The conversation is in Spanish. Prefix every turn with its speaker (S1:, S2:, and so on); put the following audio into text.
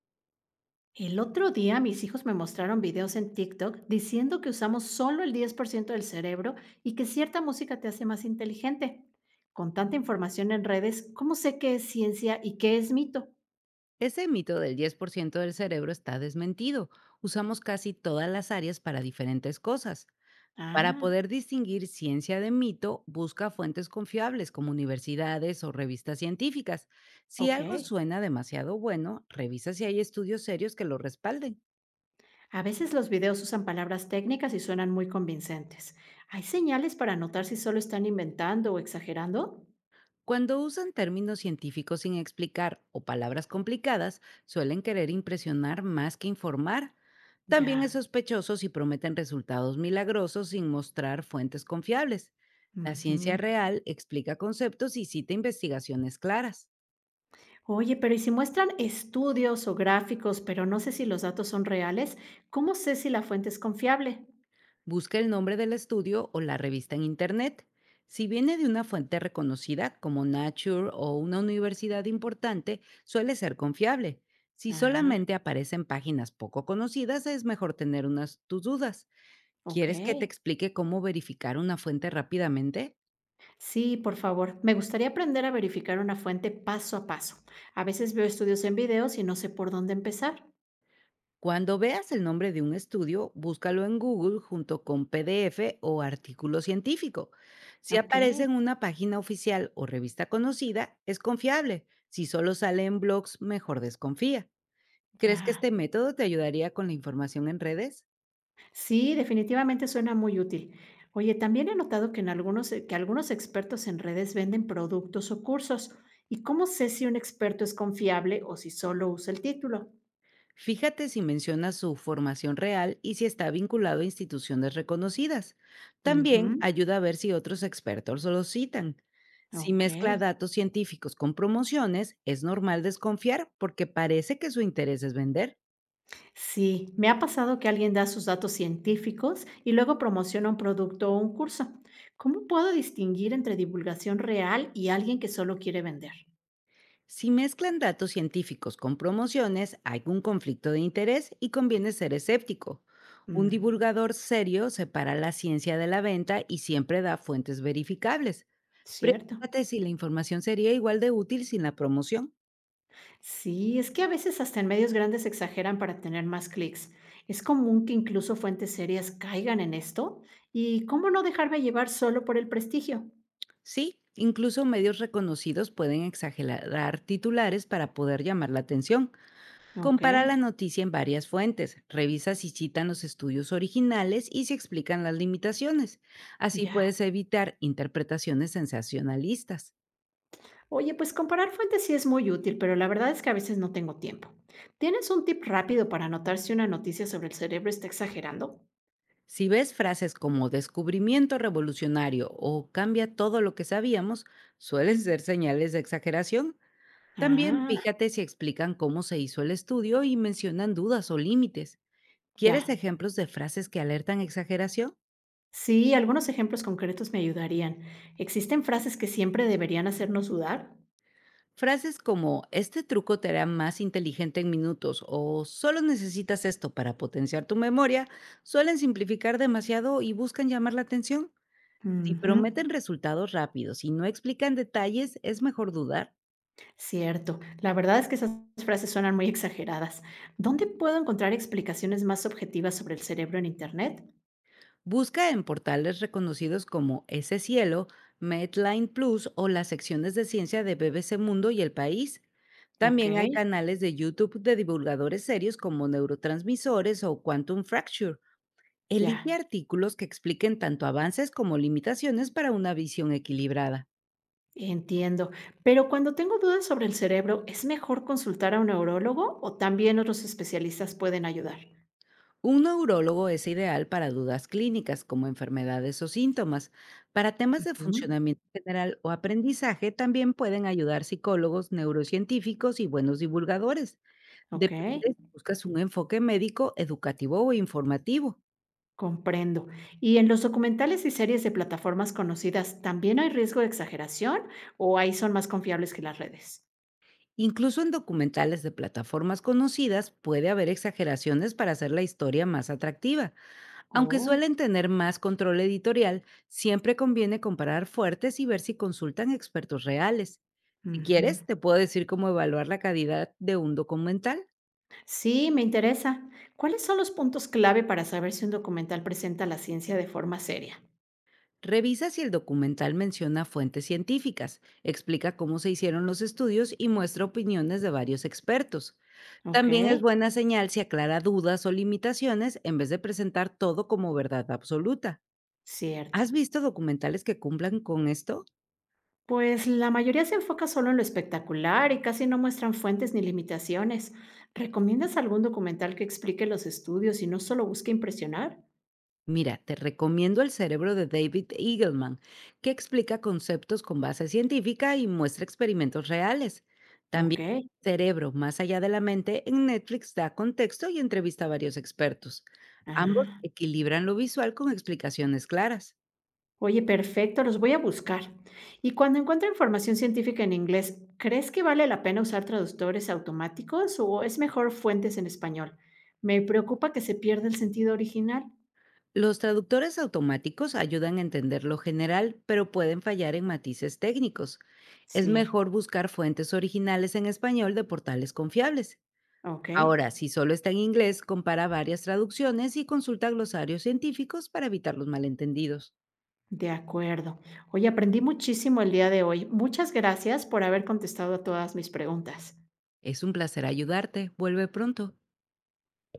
S1: El otro día mis hijos me mostraron videos en TikTok diciendo que usamos solo el 10% del cerebro y que cierta música te hace más inteligente. Con tanta información en redes, ¿cómo sé qué es ciencia y qué es mito?
S2: Ese mito del 10% del cerebro está desmentido. Usamos casi todas las áreas para diferentes cosas. Para
S1: Ah,
S2: poder distinguir ciencia de mito, busca fuentes confiables como universidades o revistas científicas. Si
S1: ok.
S2: algo suena demasiado bueno, revisa si hay estudios serios que lo respalden.
S1: A veces los videos usan palabras técnicas y suenan muy convincentes. ¿Hay señales para notar si solo están inventando o exagerando?
S2: Cuando usan términos científicos sin explicar o palabras complicadas, suelen querer impresionar más que informar. También es
S1: Ya.
S2: sospechoso si prometen resultados milagrosos sin mostrar fuentes confiables. La ciencia
S1: Ujú.
S2: real explica conceptos y cita investigaciones claras.
S1: Oye, pero y si muestran estudios o gráficos, pero no sé si los datos son reales, ¿cómo sé si la fuente es confiable?
S2: Busca el nombre del estudio o la revista en Internet. Si viene de una fuente reconocida como Nature o una universidad importante, suele ser confiable. Si
S1: Ah,
S2: solamente aparecen páginas poco conocidas, es mejor tener unas tus dudas. ¿Quieres que te
S1: ok.
S2: explique cómo verificar una fuente rápidamente?
S1: Sí, por favor. Me gustaría aprender a verificar una fuente paso a paso. A veces veo estudios en videos y no sé por dónde empezar.
S2: Cuando veas el nombre de un estudio, búscalo en Google junto con PDF o artículo científico. Si
S1: Ok,
S2: aparece en una página oficial o revista conocida, es confiable. Si solo sale en blogs, mejor desconfía. ¿Crees que
S1: ya.
S2: este método te ayudaría con la información en redes?
S1: Sí, definitivamente suena muy útil. Oye, también he notado que en algunos, que algunos expertos en redes venden productos o cursos. ¿Y cómo sé si un experto es confiable o si solo usa el título?
S2: Fíjate si menciona su formación real y si está vinculado a instituciones reconocidas. También
S1: Ujú.
S2: ayuda a ver si otros expertos lo citan. Si mezcla
S1: Okey.
S2: datos científicos con promociones, es normal desconfiar porque parece que su interés es vender.
S1: Sí, me ha pasado que alguien da sus datos científicos y luego promociona un producto o un curso. ¿Cómo puedo distinguir entre divulgación real y alguien que solo quiere vender?
S2: Si mezclan datos científicos con promociones, hay un conflicto de interés y conviene ser escéptico. Un
S1: Mm,
S2: divulgador serio separa la ciencia de la venta y siempre da fuentes verificables.
S1: cierto.
S2: Pregúntate si la información sería igual de útil sin la promoción.
S1: Sí, es que a veces hasta en medios grandes exageran para tener más clics. ¿Es común que incluso fuentes serias caigan en esto? ¿Y cómo no dejarme llevar solo por el prestigio?
S2: Sí, incluso medios reconocidos pueden exagerar titulares para poder llamar la atención. Compara
S1: Okey,
S2: la noticia en varias fuentes, revisa si citan los estudios originales y si explican las limitaciones. Así
S1: ya.
S2: puedes evitar interpretaciones sensacionalistas.
S1: Oye, pues comparar fuentes sí es muy útil, pero la verdad es que a veces no tengo tiempo. ¿Tienes un tip rápido para notar si una noticia sobre el cerebro está exagerando?
S2: Si ves frases como descubrimiento revolucionario o cambia todo lo que sabíamos, suelen ser señales de exageración. También
S1: Ah,
S2: fíjate si explican cómo se hizo el estudio y mencionan dudas o límites.
S1: ya.
S2: ¿Quieres ejemplos de frases que alertan exageración?
S1: Sí, algunos ejemplos concretos me ayudarían. ¿Existen frases que siempre deberían hacernos dudar?
S2: Frases como este truco te hará más inteligente en minutos o solo necesitas esto para potenciar tu memoria suelen simplificar demasiado y buscan llamar la atención. Si
S1: Ujú,
S2: prometen resultados rápidos y no explican detalles, es mejor dudar.
S1: cierto. La verdad es que esas frases suenan muy exageradas. ¿Dónde puedo encontrar explicaciones más objetivas sobre el cerebro en Internet?
S2: Busca en portales reconocidos como Ese Cielo, Medline Plus o las secciones de ciencia de BBC Mundo y El País.
S1: Ok,
S2: También hay canales de YouTube de divulgadores serios como Neurotransmisores o Quantum Fracture.
S1: ya.
S2: Elige artículos que expliquen tanto avances como limitaciones para una visión equilibrada.
S1: Entiendo. Pero cuando tengo dudas sobre el cerebro, ¿es mejor consultar a un neurólogo o también otros especialistas pueden ayudar?
S2: Un neurólogo es ideal para dudas clínicas como enfermedades o síntomas. Para temas de
S1: Ujú.
S2: funcionamiento general o aprendizaje también pueden ayudar psicólogos, neurocientíficos y buenos divulgadores.
S1: Ok,
S2: Depende si buscas un enfoque médico, educativo o informativo.
S1: comprendo. ¿Y en los documentales y series de plataformas conocidas también hay riesgo de exageración o ahí son más confiables que las redes?
S2: Incluso en documentales de plataformas conocidas puede haber exageraciones para hacer la historia más atractiva. Aunque
S1: Oh,
S2: suelen tener más control editorial, siempre conviene comparar fuertes y ver si consultan expertos reales. Si
S1: ujú.
S2: quieres, te puedo decir cómo evaluar la calidad de un documental.
S1: Sí, me interesa. ¿Cuáles son los puntos clave para saber si un documental presenta la ciencia de forma seria?
S2: Revisa si el documental menciona fuentes científicas, explica cómo se hicieron los estudios y muestra opiniones de varios expertos.
S1: Ok,
S2: También es buena señal si aclara dudas o limitaciones en vez de presentar todo como verdad absoluta.
S1: cierto.
S2: ¿Has visto documentales que cumplan con esto?
S1: Pues la mayoría se enfoca solo en lo espectacular y casi no muestran fuentes ni limitaciones. ¿Recomiendas algún documental que explique los estudios y no solo busque impresionar?
S2: Mira, te recomiendo El cerebro de David Eagleman, que explica conceptos con base científica y muestra experimentos reales. También
S1: Ok.
S2: Cerebro, más allá de la mente, en Netflix da contexto y entrevista a varios expertos. Ambos
S1: Ah,
S2: equilibran lo visual con explicaciones claras.
S1: oye, perfecto, los voy a buscar. Y cuando encuentro información científica en inglés, ¿crees que vale la pena usar traductores automáticos o es mejor fuentes en español? Me preocupa que se pierda el sentido original.
S2: Los traductores automáticos ayudan a entender lo general, pero pueden fallar en matices técnicos. Es
S1: Sí.
S2: mejor buscar fuentes originales en español de portales confiables.
S1: Ok.
S2: Ahora, si solo está en inglés, compara varias traducciones y consulta glosarios científicos para evitar los malentendidos.
S1: De acuerdo. Hoy aprendí muchísimo el día de hoy. Muchas gracias por haber contestado a todas mis preguntas.
S2: Es un placer ayudarte. Vuelve pronto.